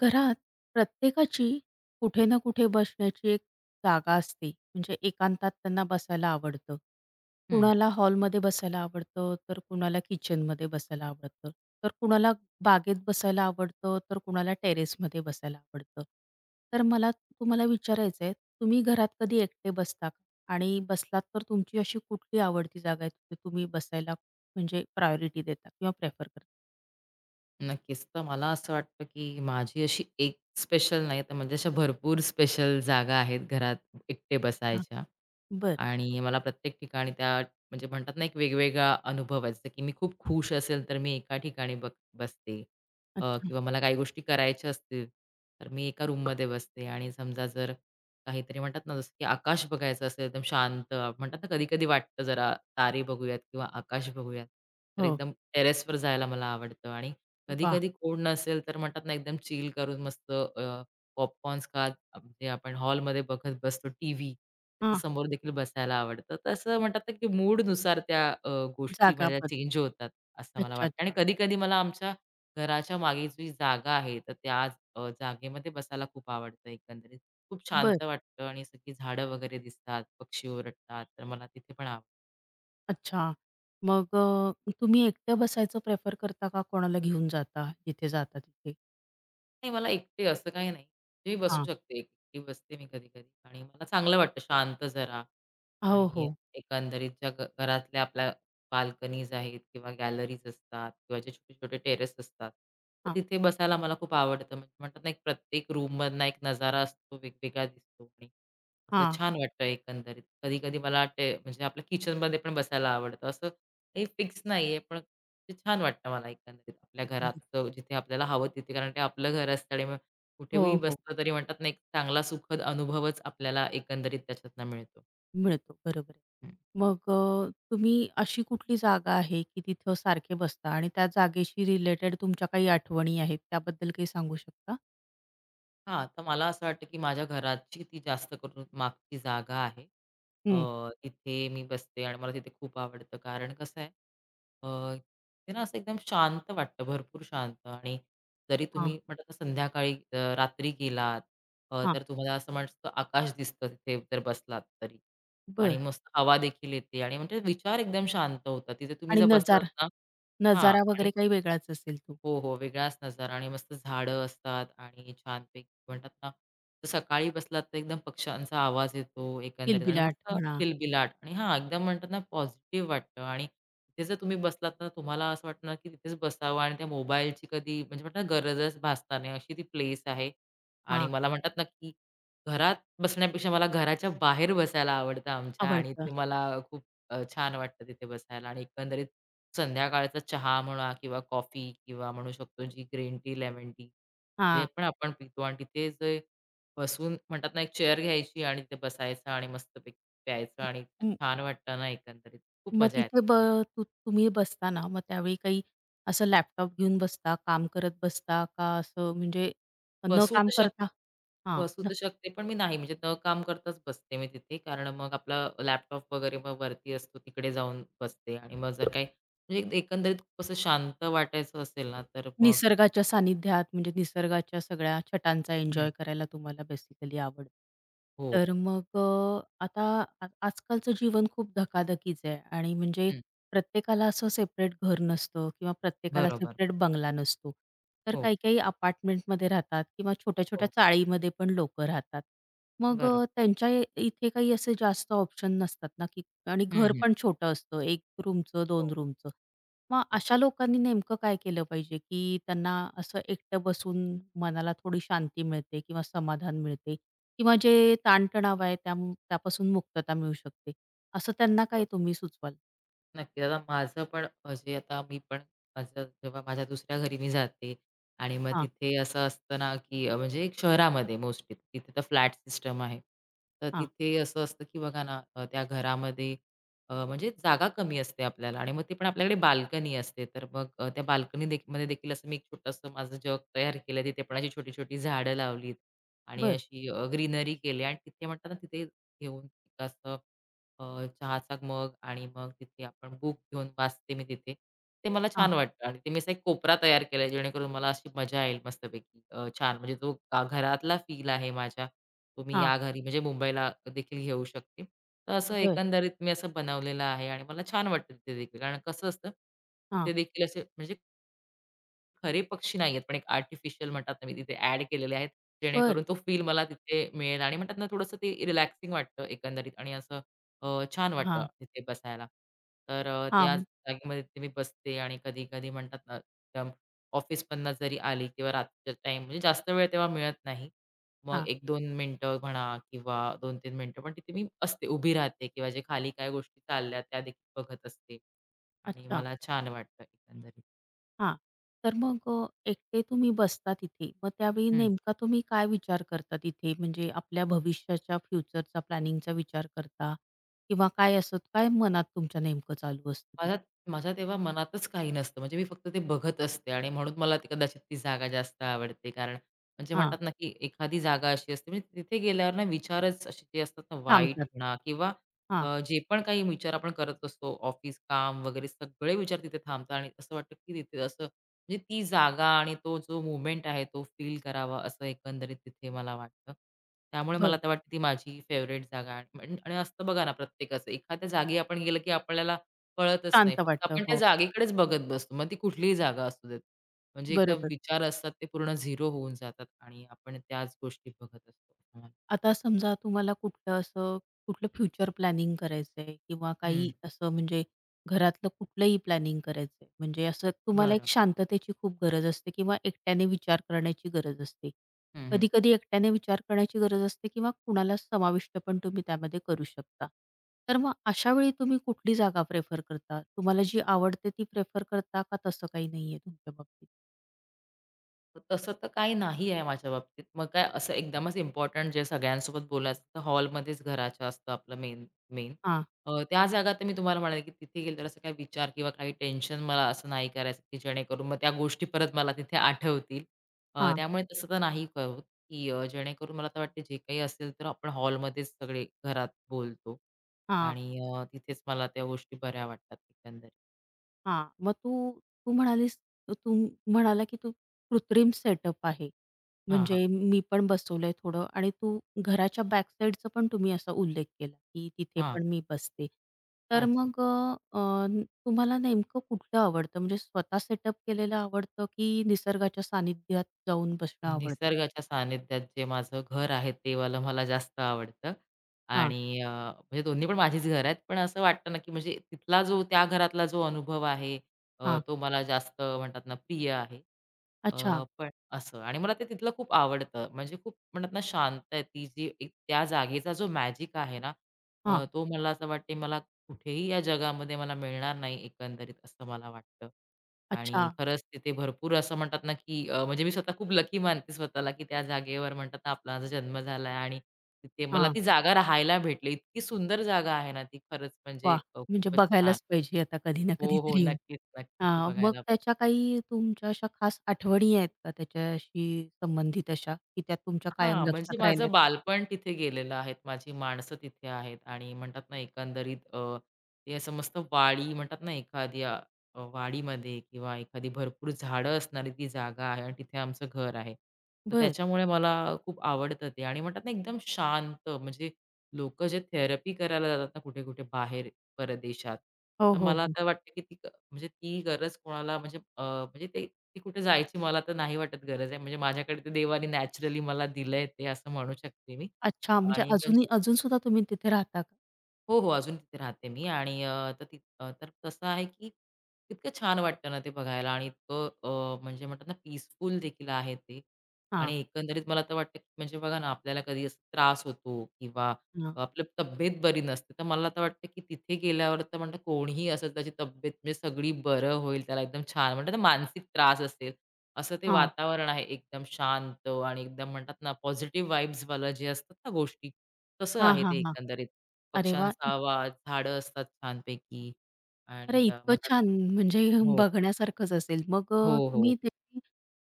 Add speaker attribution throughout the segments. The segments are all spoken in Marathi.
Speaker 1: घरात प्रत्येकाची कुठे ना कुठे बसण्याची एक जागा असते. म्हणजे एकांतात त्यांना बसायला आवडतं.
Speaker 2: हं,
Speaker 1: कुणाला हॉलमध्ये बसायला आवडतं, तर कुणाला किचनमध्ये बसायला आवडतं, तर कुणाला बागेत बसायला आवडतं, तर कुणाला टेरेसमध्ये बसायला आवडतं. तर मला तुम्हाला विचारायचं आहे, तुम्ही घरात कधी एकटे बसता का? आणि बसलात तर तुमची अशी कुठली आवडती जागा आहे, तिथे तुम्ही बसायला म्हणजे प्रायोरिटी देता किंवा प्रेफर करता?
Speaker 2: नक्कीच. तर मला असं वाटतं, की माझी अशी एक स्पेशल नाही, तर म्हणजे अशा भरपूर स्पेशल जागा आहेत घरात एकटे
Speaker 1: हा.
Speaker 2: बसायच्या.
Speaker 1: बर.
Speaker 2: आणि मला प्रत्येक ठिकाणी त्या म्हणजे म्हणतात ना, एक वेगवेगळा अनुभव आहे. जसं की मी खूप खुश असेल, तर मी एका ठिकाणी बसते.
Speaker 1: अच्छा.
Speaker 2: किंवा मला काही गोष्टी करायच्या असतील, तर मी एका रूममध्ये बसते आणि समजा जर काहीतरी म्हणतात ना, जसं की आकाश बघायचं असेल, एकदम शांत म्हणतात ना, कधी-कधी वाटतं जरा तारे बघूयात किंवा आकाश बघूयात, तर
Speaker 1: हो.
Speaker 2: एकदम टेरेसवर जायला मला आवडतं आणि कधी-कधी कोण नसेल, तर म्हणतात ना, एकदम चिल करून मस्त पॉपकॉर्न्स खात, म्हणजे आपण हॉलमध्ये बघत बसतो टीव्ही.
Speaker 1: वा.
Speaker 2: त्याच्यासमोर देखील बसायला आवडतं. तर असं म्हणतात ना, की मूडनुसार त्या गोष्टी
Speaker 1: जागा
Speaker 2: म्हणजे
Speaker 1: बद
Speaker 2: चेंज होतात, असं मला
Speaker 1: अच्छा,
Speaker 2: वाटतं. आणि
Speaker 1: अच्छा.
Speaker 2: कधी-कधी मला आमच्या घराच्या मागे जी जागा आहे, तर त्या जागेमध्ये बसायला खूप आवडतं एकंदरीत. खूप
Speaker 1: बरं.
Speaker 2: शांत वाटतं आणि सगळी झाडं वगैरे दिसतात, पक्षी ओरडतात, तर मला तिथे पण आवडतं.
Speaker 1: अच्छा. मग तुम्ही एकटं बसायचं प्रेफर करता का कोणाला घेऊन जाता जिथे जाता तिथे?
Speaker 2: नाही, मला एकटे असं काही नाही. मी बसू
Speaker 1: हां.
Speaker 2: शकते, एकटी बसते मी कधी-कधी आणि मला चांगलं वाटतं शांत जरा
Speaker 1: हो,
Speaker 2: आणि
Speaker 1: हो.
Speaker 2: एकंदरीत ज्या घरातल्या आपल्या बाल्कनीज आहेत किंवा गॅलरीज असतात किंवा जे छोटे-छोटे टेरेस असतात, तर
Speaker 1: हां,
Speaker 2: तिथे बसायला मला खूप आवडतं. म्हणजे म्हणतात ना, एक प्रत्येक रूममधनं एक नजारा असतो, वेगवेगळा दिसतो आणि असं
Speaker 1: हां.
Speaker 2: छान वाटतं एकंदरीत. कधी-कधी मला ते म्हणजे आपल्या किचनमध्ये पण बसायला आवडतं. असं काही फिक्स नाहीये, पण ते छान वाटतं मला एकंदरीत आपल्या
Speaker 1: एकंदरीत.
Speaker 2: घरात जिथे आपल्याला हवं तिथे. कारण ते आपलं घर असतं आणि
Speaker 1: हो,
Speaker 2: कुठेही
Speaker 1: हो.
Speaker 2: बसलं तरी म्हणतात ना, एक चांगला सुखद अनुभवच आपल्याला एकंदरीत त्याच्यातनं मिळतो.
Speaker 1: मिळतो. बरोबर आहे. मग तुम्ही अशी कुठली जागा आहे की तिथं सारखे बसता आणि त्या जागेशी रिलेटेड तुमच्या काही आठवणी आहेत, त्याबद्दल काही सांगू शकता?
Speaker 2: हां, तर मला असं वाटतं, की माझ्या घराची ती जास्त करून मागची जागा आहे. अ,
Speaker 1: हं.
Speaker 2: तिथे मी बसते आणि मला तिथे खूप आवडतं. कारण कसं आहे, अ, ते ना असं एकदम शांत वाटतं, भरपूर शांत आणि जरी
Speaker 1: हां,
Speaker 2: तुम्ही म्हटलं तर संध्याकाळी रात्री गेलात,
Speaker 1: हां.
Speaker 2: तर तुम्हाला असं मस्त आकाश दिसतं तिथे जर बसलात तरी आणि
Speaker 1: बरं.
Speaker 2: मस्त हवा देखील येते आणि म्हणजे विचार एकदम शांत होतात. तिथे तुम्ही
Speaker 1: आणि
Speaker 2: जर बसलात
Speaker 1: नजारा,
Speaker 2: ना. हां.
Speaker 1: वगैरे काही वेगळाच असेल तो.
Speaker 2: हो, हो. वेगळाच नजारा आणि मस्त झाडं असतात आणि छानपैकी म्हणतात ना, तर सकाळी बसलात तर एकदम पक्ष्यांचा आवाज येतो एकंदरीत आणि
Speaker 1: किलबिलाट
Speaker 2: मस्त
Speaker 1: म्हणा.
Speaker 2: किलबिलाट आणि हां, एकदम म्हणतात ना पॉझिटिव्ह वाटतं आणि तिथे जर तुम्ही बसलात तर तुम्हाला असं वाटणार की तिथेच बसावं आणि त्या मोबाईलची कधी म्हणजे म्हणतात ना गरजच भासणार नाही अशी ती प्लेस आहे आणि
Speaker 1: हां.
Speaker 2: मला म्हणतात ना की घरात बसण्यापेक्षा मला घराच्या बाहेर बसायला आवडतं आमच्या आणि
Speaker 1: आवडतं.
Speaker 2: ते मला खूप छान वाटतं तिथे बसायला आणि एकंदरीत संध्याकाळचा चहा म्हणा किंवा कॉफी किंवा म्हणू शकतो जी ग्रीन टी, लेमन टी, जे
Speaker 1: हां.
Speaker 2: पण आपण पितो आणि तिथे जे बसून म्हणतात ना, एक चेअर घ्यायची आणि तिथे बसायचं आणि मस्तपैकी प्यायचं
Speaker 1: हं,
Speaker 2: आणि इतकं
Speaker 1: हं.
Speaker 2: छान वाटतं ना एकंदरीत. खूप
Speaker 1: मग
Speaker 2: मजा
Speaker 1: तिथे
Speaker 2: येते तिथे.
Speaker 1: तुम्ही बसता ना, मग त्यावेळी काही असं लॅपटॉप घेऊन बसता, काम करत बसता का? असं म्हणजे न
Speaker 2: बसू
Speaker 1: काम
Speaker 2: तर शक
Speaker 1: करता? हां.
Speaker 2: बसू तर शकते, पण मी नाही म्हणजे न काम करताच बसते मी तिथे. कारण मग आपला लॅपटॉप वगैरे मग वरती असतो तिकडे जाऊन बसते आणि मग जर काही म्हणजे एकंदरीत खूप असं शांत वाटायचं असेल ना, तर मग
Speaker 1: निसर्गाच्या सानिध्यात म्हणजे निसर्गाच्या सगळ्या छटांचा
Speaker 2: हं.
Speaker 1: एन्जॉय करायला तुम्हाला बेसिकली आवड.
Speaker 2: हो.
Speaker 1: तर मग आता आजकालचं जीवन खूप धकाधकीचं आहे आणि म्हणजे
Speaker 2: हं.
Speaker 1: प्रत्येकाला असं सेपरेट घर नसतं किंवा प्रत्येकाला
Speaker 2: बरोबर.
Speaker 1: सेपरेट बंगला नसतो. तर
Speaker 2: हो,
Speaker 1: काही-काही अपार्टमेंटमध्ये राहतात किंवा छोट्या-छोट्या
Speaker 2: हो.
Speaker 1: चाळीमध्ये पण लोकं राहतात. मग
Speaker 2: बरोबर.
Speaker 1: त्यांच्या इथे काही असे जास्त ऑप्शन नसतात ना, की आणि
Speaker 2: हं,
Speaker 1: घर
Speaker 2: हं.
Speaker 1: पण छोटं असतं. 1 रूमचं, 2
Speaker 2: हो,
Speaker 1: रूमचं. मग
Speaker 2: बरं,
Speaker 1: अशा लोकांनी नेमकं काय केलं पाहिजे, की त्यांना असं एकटं बसून मनाला थोडी शांती मिळते किंवा समाधान मिळते किंवा जे ताणतणाव आहे, त्यापासून मुक्तता मिळू शकते. असं त्यांना काय
Speaker 2: बरं.
Speaker 1: तुम्ही सुचवाल?
Speaker 2: नक्की. आता माझं पण जे आता मी पण जेव्हा माझ्या दुसऱ्या घरी मी जाते आणि मग
Speaker 1: हां,
Speaker 2: तिथे असं असतं ना, की म्हणजे एक शहरामध्ये मोस्टली तिथे तर फ्लॅट सिस्टम आहे. तर
Speaker 1: हां.
Speaker 2: तिथे असं असतं, की बघा ना त्या घरामध्ये म्हणजे जागा कमी असते आपल्याला आणि मग ते पण आपल्याकडे बाल्कनी असते. तर मग त्या बाल्कनी मध्ये देखील असं मी एक छोटंसं माझं जग तयार केलं. तिथे पण अशी छोटी-छोटी झाडं लावलीत आणि
Speaker 1: बरं.
Speaker 2: अशी ग्रीनरी केली आणि तिथे म्हणतात ना, तिथे घेऊन असं चहाचा मग आणि मग तिथे आपण बुक घेऊन वाचते मी तिथे. ते मला
Speaker 1: हां,
Speaker 2: छान वाटतं आणि ते मी असा एक कोपरा तयार केलाय जेणेकरून मला अशी मजा येईल मस्तपैकी. छान म्हणजे जो घरातला फील आहे माझ्या, तो मी
Speaker 1: हां.
Speaker 2: या घरी म्हणजे मुंबईला देखील घेऊ शकते. तर असं
Speaker 1: बरं.
Speaker 2: एकंदरीत मी असं बनवलेलं आहे आणि मला छान वाटतं तिथे देखील. कारण कसं असतं,
Speaker 1: हां.
Speaker 2: तिथे देखील असे म्हणजे खरे पक्षी नाहीयेत, पण एक आर्टिफिशियल म्हणतात ना, मी तिथे ॲड केलेले आहेत.
Speaker 1: बरं.
Speaker 2: जेणेकरून तो फील मला तिथे मिळेल आणि म्हणतात ना, थोडंसं ते रिलॅक्सिंग वाटतं एकंदरीत आणि असं अ, छान वाटतं
Speaker 1: हां,
Speaker 2: तिथे बसायला. तर त्या
Speaker 1: हां,
Speaker 2: जागेमध्ये तिथे मी बसते आणि कधी-कधी म्हणतात ना, एकदम ऑफिसमधनं जरी आली किंवा रात्रीच्या टाईम म्हणजे जास्त वेळ तेव्हा मिळत नाही. मग
Speaker 1: हां.
Speaker 2: 1-2 मिनिटं म्हणा किंवा 2-3 मिनिटं, पण तिथे मी असते, उभी राहते किंवा जे खाली काय गोष्टी चालल्या त्यादेखील बघत असते आणि
Speaker 1: अच्छा.
Speaker 2: मला छान वाटतं एकंदरीत.
Speaker 1: हां. तर मग एकटे तुम्ही बसता तिथे. मग त्यावेळी नेमका तुम्ही काय विचार करता तिथे? म्हणजे आपल्या भविष्याच्या फ्युचरचा प्लॅनिंगचा विचार करता किंवा काय असत, काय मनात तुमच्या नेमकं चालू असतं तिथे?
Speaker 2: माझ्या माझ्या तेव्हा मनातच काही नसतं. म्हणजे मी फक्त ते बघत असते आणि म्हणून मला ती कदाचित ती जागा जास्त आवडते. कारण म्हणजे
Speaker 1: हां.
Speaker 2: म्हणतात ना, की एखादी जागा अशी असते म्हणजे तिथे गेल्यावर ना विचारच असे जे असतात ना वाईट
Speaker 1: थांबतात.
Speaker 2: म्हणा किंवा
Speaker 1: हां.
Speaker 2: जे पण काही विचार आपण करत असतो ऑफिस, काम वगैरे सगळे विचार तिथे थांबतात आणि असं वाटतं, की तिथे असं म्हणजे ती जागा आणि तो जो मोमेंट आहे तो फील करावा असं एकंदरीत तिथे मला वाटतं. त्यामुळे मला
Speaker 1: बरं.
Speaker 2: तर वाटतं ती माझी फेव्हरेट जागा आहे. आणि आणि असतं बघा ना प्रत्येकाचं एखाद्या जागी आपण गेलं, की आपल्याला कळतच नाही.
Speaker 1: शांत
Speaker 2: फक्त
Speaker 1: वाटतं.
Speaker 2: आपण त्या
Speaker 1: हो.
Speaker 2: जागेकडेच बघत बसतो. मग ती कुठलीही जागा असू देत. म्हणजे एकदा
Speaker 1: बरोबर.
Speaker 2: विचार असतात ते पूर्ण झिरो होऊन जातात आणि आपण त्याच गोष्टी बघत असतो.
Speaker 1: आता समजा तुम्हाला कुठलं असं कुठलं फ्युचर प्लॅनिंग करायचंय किंवा
Speaker 2: हं,
Speaker 1: काही असं म्हणजे घरातलं कुठलंही प्लॅनिंग करायचंय, म्हणजे असं तुम्हाला एक
Speaker 2: बरं.
Speaker 1: शांततेची खूप गरज असते किंवा एकट्याने विचार करण्याची गरज असते.
Speaker 2: हं, हं.
Speaker 1: कधी-कधी एकट्याने विचार करण्याची गरज असते किंवा कुणाला समाविष्ट पण तुम्ही त्यामध्ये करू शकता. तर मग अशा वेळी तुम्ही कुठली जागा प्रेफर करता? तुम्हाला जी आवडते ती प्रेफर करता का, तसं काही नाहीये तुमच्या बाबतीत?
Speaker 2: तसं तर काही नाही आहे माझ्या बाबतीत. मग काय असं एकदमच इम्पोर्टंट जे सगळ्यांसोबत बोलायचं तर हॉलमध्येच घराच्या असतं आपलं मेन मेन.
Speaker 1: हां,
Speaker 2: त्या जागा तर मी तुम्हाला म्हणाले, की तिथे गेले तर असं काही विचार किंवा काही टेन्शन मला असं नाही करायचं, की जेणेकरून मग त्या गोष्टी परत मला तिथे आठवतील.
Speaker 1: हां,
Speaker 2: त्यामुळे तसं तर नाही होत, की जेणेकरून मला तर वाटते जे काही असेल तर आपण हॉलमध्येच सगळे घरात बोलतो
Speaker 1: हां.
Speaker 2: आणि तिथेच मला त्या गोष्टी बऱ्या वाटतात एकंदरीत.
Speaker 1: हां, मग तू तू म्हणालीस तू म्हणाला, की तू कृत्रिम सेटअप आहे.
Speaker 2: हां, हां.
Speaker 1: म्हणजे मी पण बसवलंय थोडं, आणि तू घराच्या बॅक साईडचा पण तुम्ही असा उल्लेख केला, की तिथे
Speaker 2: हां.
Speaker 1: पण मी बसते. तर
Speaker 2: अच्छा.
Speaker 1: मग अ, अ, तुम्हाला नेमकं कुठलं आवडतं? म्हणजे स्वतः सेटअप केलेलं आवडतं, की निसर्गाच्या सानिध्यात जाऊन बसणं आवडतं?
Speaker 2: निसर्गाच्या सानिध्यात जे माझं घर आहे ते वालं मला जास्त आवडतं
Speaker 1: हां,
Speaker 2: आणि म्हणजे दोन्ही पण माझीच घरं आहेत. पण असं वाटतं ना, की म्हणजे तिथला जो त्या घरातला जो अनुभव आहे
Speaker 1: हां.
Speaker 2: तो मला जास्त म्हणतात ना प्रिय आहे.
Speaker 1: अच्छा.
Speaker 2: पण असं आणि मला ते तिथलं खूप आवडतं. म्हणजे खूप म्हणतात ना शांत आहे ती जी एक त्या जागेचा जो मॅजिक आहे ना
Speaker 1: हां.
Speaker 2: तो मला असं वाटते मला कुठेही या जगामध्ये मला मिळणार नाही एकंदरीत असं मला वाटतं. आणि
Speaker 1: अच्छा.
Speaker 2: खरंच तिथे भरपूर असं म्हणतात ना, की म्हणजे मी स्वतः खूप लकी मानते स्वतःला, की त्या जागेवर म्हणतात ना, आपला माझा जन्म झालाय आणि तिथे मला
Speaker 1: हां.
Speaker 2: ती जागा राहायला भेटली. इतकी सुंदर जागा आहे ना ती खरंच म्हणजे
Speaker 1: वाह! म्हणजे
Speaker 2: खूपच छान.
Speaker 1: बघायलाच पाहिजे आता कधी ना
Speaker 2: हो, हो.
Speaker 1: कधीतरी.
Speaker 2: नक्कीच, नक्कीच
Speaker 1: हां, मग
Speaker 2: बघायला
Speaker 1: त्याच्या काही तुमच्या अशा खास आठवणी आहेत का त्याच्याशी संबंधित अशा, की त्या तुमच्या कायम
Speaker 2: हां, म्हणजे
Speaker 1: लक्षात राहिल्यात?
Speaker 2: माझं बालपण तिथे गेलेलं आहे. माझी माणसं तिथे आहेत आणि म्हणतात ना एकंदरीत ते असं मस्त वाडी म्हणतात ना एखाद्या वाडीमध्ये किंवा एखादी भरपूर झाडं असणारी ती जागा आहे आणि तिथे आमचं घर आहे. तर
Speaker 1: बरं.
Speaker 2: त्याच्यामुळे मला खूप आवडतं ते आणि म्हणतात ना एकदम शांत म्हणजे लोकं जे थेरपी करायला जातात ना कुठे-कुठे बाहेर परदेशात,
Speaker 1: हो,
Speaker 2: तर
Speaker 1: हो,
Speaker 2: मला
Speaker 1: हो.
Speaker 2: तर वाटतं की ती म्हणजे ती गरज कोणाला म्हणजे म्हणजे ते ती कुठे जायची मला तर नाही वाटत गरज आहे. म्हणजे माझ्याकडे ते देवाने नॅचरली मला दिलंय ते असं म्हणू शकते मी.
Speaker 1: अच्छा, म्हणजे
Speaker 2: आणि म्हणजे
Speaker 1: अजूनसुद्धा तुम्ही तिथे राहता का?
Speaker 2: हो, हो. अजून तिथे राहते मी आणि तर ती तर कसं आहे, की इतकं छान वाटतं ना ते बघायला आणि इतकं म्हणजे म्हणतात ना पीसफुल देखील आहे ते आणि
Speaker 1: हां,
Speaker 2: एकंदरीत मला तर वाटतं, की म्हणजे बघा ना आपल्याला कधी असा त्रास होतो किंवा
Speaker 1: हां,
Speaker 2: आपली तब्येत बरी नसते. तर मला तर वाटतं, की तिथे गेल्यावर तर म्हणतात कोणीही असं त्याची तब्येत म्हणजे सगळी बरं होईल, त्याला एकदम छान म्हणतात ना मानसिक त्रास असेल, असं ते
Speaker 1: हां,
Speaker 2: वातावरण आहे एकदम शांत आणि एकदम म्हणतात ना पॉझिटिव्ह वाइब्सवालं जे असतात ना गोष्टी, तसं
Speaker 1: हां,
Speaker 2: आहे
Speaker 1: हां,
Speaker 2: ते
Speaker 1: हां.
Speaker 2: एकंदरीत.
Speaker 1: अरे वाह!
Speaker 2: पक्ष्यांचा आवाज, झाडं असतात छानपैकी
Speaker 1: अरे,
Speaker 2: आणि
Speaker 1: इतकं
Speaker 2: म्हणतात
Speaker 1: छान! म्हणजे
Speaker 2: हो,
Speaker 1: बघण्यासारखंच असेल. मग
Speaker 2: हो, हो.
Speaker 1: तुम्ही त्याची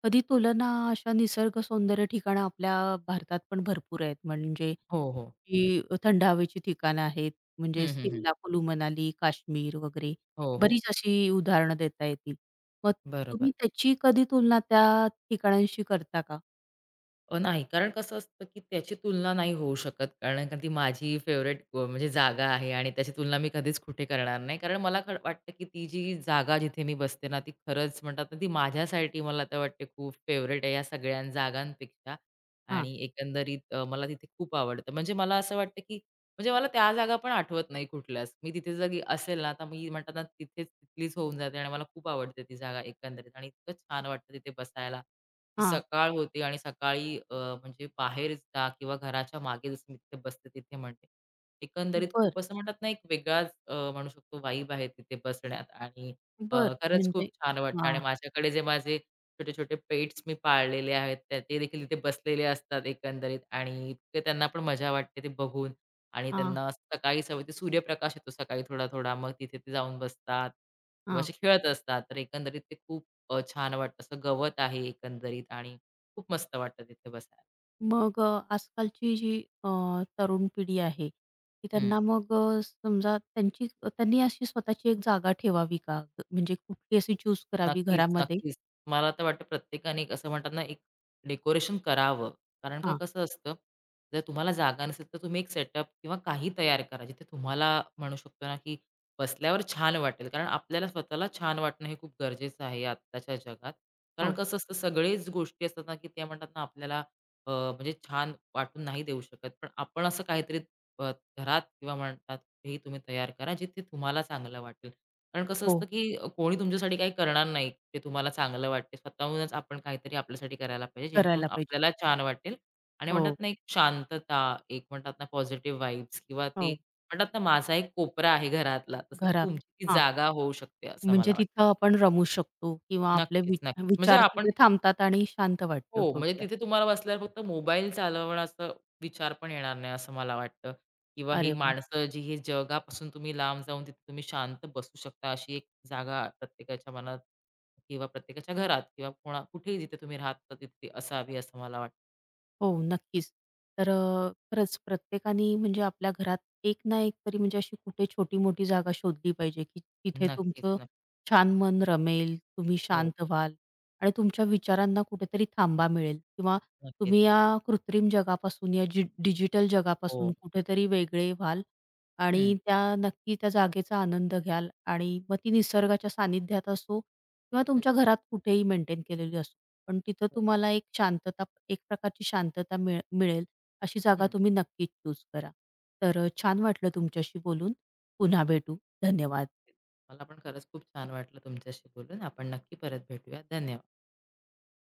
Speaker 1: कधी तुलना अशा निसर्ग सौंदर्य ठिकाणं आपल्या भारतात पण भरपूर आहेत. म्हणजे
Speaker 2: हो, हो.
Speaker 1: जी थंड हवेची ठिकाणं आहेत, म्हणजे
Speaker 2: हं, हं, हं.
Speaker 1: सिमला, कुलू मनाली, काश्मीर वगैरे
Speaker 2: हो, हो.
Speaker 1: बरीच अशी उदाहरणं देता येतील. मग
Speaker 2: बरोबर.
Speaker 1: तुम्ही त्याची कधी तुलना त्या ठिकाणांशी करता का?
Speaker 2: नाही. कारण कसं असतं, की त्याची तुलना नाही होऊ शकत. कारण का ती माझी फेव्हरेट म्हणजे जागा आहे आणि त्याची तुलना मी कधीच कुठे करणार नाही. कारण मला खरं वाटतं, की ती जी जागा जिथे मी बसते ना, ती खरंच म्हणतात ना, ती माझ्यासाठी मला तर वाटते खूप फेव्हरेट आहे या सगळ्या जागांपेक्षा
Speaker 1: हां,
Speaker 2: आणि एकंदरीत मला तिथे खूप आवडतं. म्हणजे मला असं वाटतं, की म्हणजे मला त्या जागा पण आठवत नाही कुठल्याच. मी तिथे जरी असेल ना, तर मी म्हणतात ना, तिथेच तिथलीच होऊन जाते आणि मला खूप आवडते ती जागा एकंदरीत आणि इतकं छान वाटतं तिथे बसायला. जी
Speaker 1: हां.
Speaker 2: सकाळ होते आणि सकाळी म्हणजे बाहेर जा किंवा घराच्या मागे जसं मी तिथे बसते तिथे म्हणते. एकंदरीत
Speaker 1: बरं,
Speaker 2: खूप असं म्हणतात ना, एक वेगळाच म्हणू शकतो वाइब आहे तिथे बसण्यात आणि अ,
Speaker 1: बरं.
Speaker 2: खरंच
Speaker 1: म्हणजे
Speaker 2: खूप छान वाटतं आणि
Speaker 1: हां,
Speaker 2: माझ्याकडे जे माझे छोटे-छोटे पेट्स मी पाळलेले आहेत, ते देखील तिथे बसलेले असतात एकंदरीत आणि इतकं त्यांना पण मजा वाटते ते बघून आणि
Speaker 1: हां,
Speaker 2: त्यांना सकाळी सवय ते सूर्यप्रकाश येतो सकाळी थोडा-थोडा, मग तिथे ते जाऊन बसतात किंवा
Speaker 1: हां.
Speaker 2: असे खेळत असतात. तर एकंदरीत ते खूप छान वाटतं. असं गवत आहे एकंदरीत आणि खूप मस्त वाटतं तिथे बसायला.
Speaker 1: मग आजकालची जी तरुण पिढी आहे, की त्यांना मग समजा त्यांची त्यांनी अशी स्वतःची एक जागा ठेवावी का? म्हणजे कुठली अशी चूज करावी
Speaker 2: नक्कीच,
Speaker 1: घरामध्ये?
Speaker 2: नक्कीच. मला तर वाटतं प्रत्येकाने एक असं म्हणतात ना, एक डेकोरेशन करावं. कारण का
Speaker 1: हां.
Speaker 2: कसं असतं, जर तुम्हाला जागा नसेल तर तुम्ही एक सेटअप किंवा काही तयार करा. जिथे तुम्हाला म्हणू शकतो ना, की बसल्यावर छान वाटेल. कारण आपल्याला स्वतःला छान वाटणं हे खूप गरजेचं आहे आत्ताच्या जगात. कारण
Speaker 1: हो,
Speaker 2: कसं असतं सगळेच गोष्टी असतात ना, की त्या म्हणतात ना आपल्याला म्हणजे छान वाटून नाही देऊ शकत. पण आपण असं काहीतरी अ, घरात किंवा म्हणतात, हे तुम्ही तयार करा, जिथे तुम्हाला चांगलं वाटेल. कारण कसं
Speaker 1: हो.
Speaker 2: असतं, की कोणी तुमच्यासाठी काही करणार नाही. ते तुम्हाला चांगलं वाटेल. स्वतःहूनच आपण काहीतरी आपल्यासाठी करायला पाहिजे, जेणेकरून
Speaker 1: करायला पाहिजे.
Speaker 2: आपल्याला छान वाटेल आणि म्हणतात
Speaker 1: हो,
Speaker 2: ना, एक शांतता, एक म्हणतात ना, पॉझिटिव्ह वाइब्स किंवा ते
Speaker 1: हो.
Speaker 2: म्हणतात ना, माझा एक कोपरा आहे घरातला, तसं
Speaker 1: घरात.
Speaker 2: तुमची ती
Speaker 1: हां.
Speaker 2: जागा होऊ शकते, असं
Speaker 1: म्हणजे
Speaker 2: मला
Speaker 1: तिथं
Speaker 2: वाटतं.
Speaker 1: आपण रमू शकतो किंवा आपले
Speaker 2: नक्कीच, नक्कीच. म्हणजे
Speaker 1: विचार
Speaker 2: आपण
Speaker 1: तिथे थांबतात आणि शांत वाटतं
Speaker 2: हो, म्हणजे
Speaker 1: थोडक्यात.
Speaker 2: तिथे तुम्हाला बसल्यावर फक्त मोबाईल चालवण्याचा विचार पण येणार नाही असं मला वाटतं किंवा ही
Speaker 1: अरे वाह!
Speaker 2: माणसं जी ही जगापासून तुम्ही लांब जाऊन तिथे तुम्ही शांत बसू शकता अशी एक जागा प्रत्येकाच्या मनात किंवा प्रत्येकाच्या घरात किंवा कोणा कुठेही जिथे तुम्ही राहता तिथे असावी असं मला वाटतं.
Speaker 1: हो, नक्कीच. तर खरंच प्रत्येकाने म्हणजे आपल्या घरात एक ना एक तरी, म्हणजे अशी कुठे छोटी-मोठी जागा शोधली पाहिजे, की तिथे
Speaker 2: नक्कीच,
Speaker 1: तुमचं
Speaker 2: नक्की.
Speaker 1: छान मन रमेल, तुम्ही
Speaker 2: हो,
Speaker 1: शांत व्हाल आणि तुमच्या विचारांना कुठेतरी थांबा मिळेल किंवा
Speaker 2: नक्कीच.
Speaker 1: तुम्ही या कृत्रिम जगापासून, या जी डिजिटल जगापासून
Speaker 2: हो.
Speaker 1: कुठेतरी वेगळे व्हाल
Speaker 2: हं,
Speaker 1: आणि त्या नक्की त्या जागेचा आनंद घ्याल. आणि मग ती निसर्गाच्या सानिध्यात असो किंवा
Speaker 2: हं.
Speaker 1: तुमच्या घरात कुठेही मेंटेन केलेली असो. पण तिथं
Speaker 2: बरोबर.
Speaker 1: तुम्हाला एक शांतता, एक प्रकारची शांतता मिळेल. अशी जागा
Speaker 2: हं.
Speaker 1: तुम्ही नक्कीच चूज करा. तर छान वाटलं तुमच्याशी बोलून. पुन्हा भेटू. धन्यवाद.
Speaker 2: मला पण खरंच खूप छान वाटलं तुमच्याशी बोलून. आपण नक्की परत भेटूया. धन्यवाद.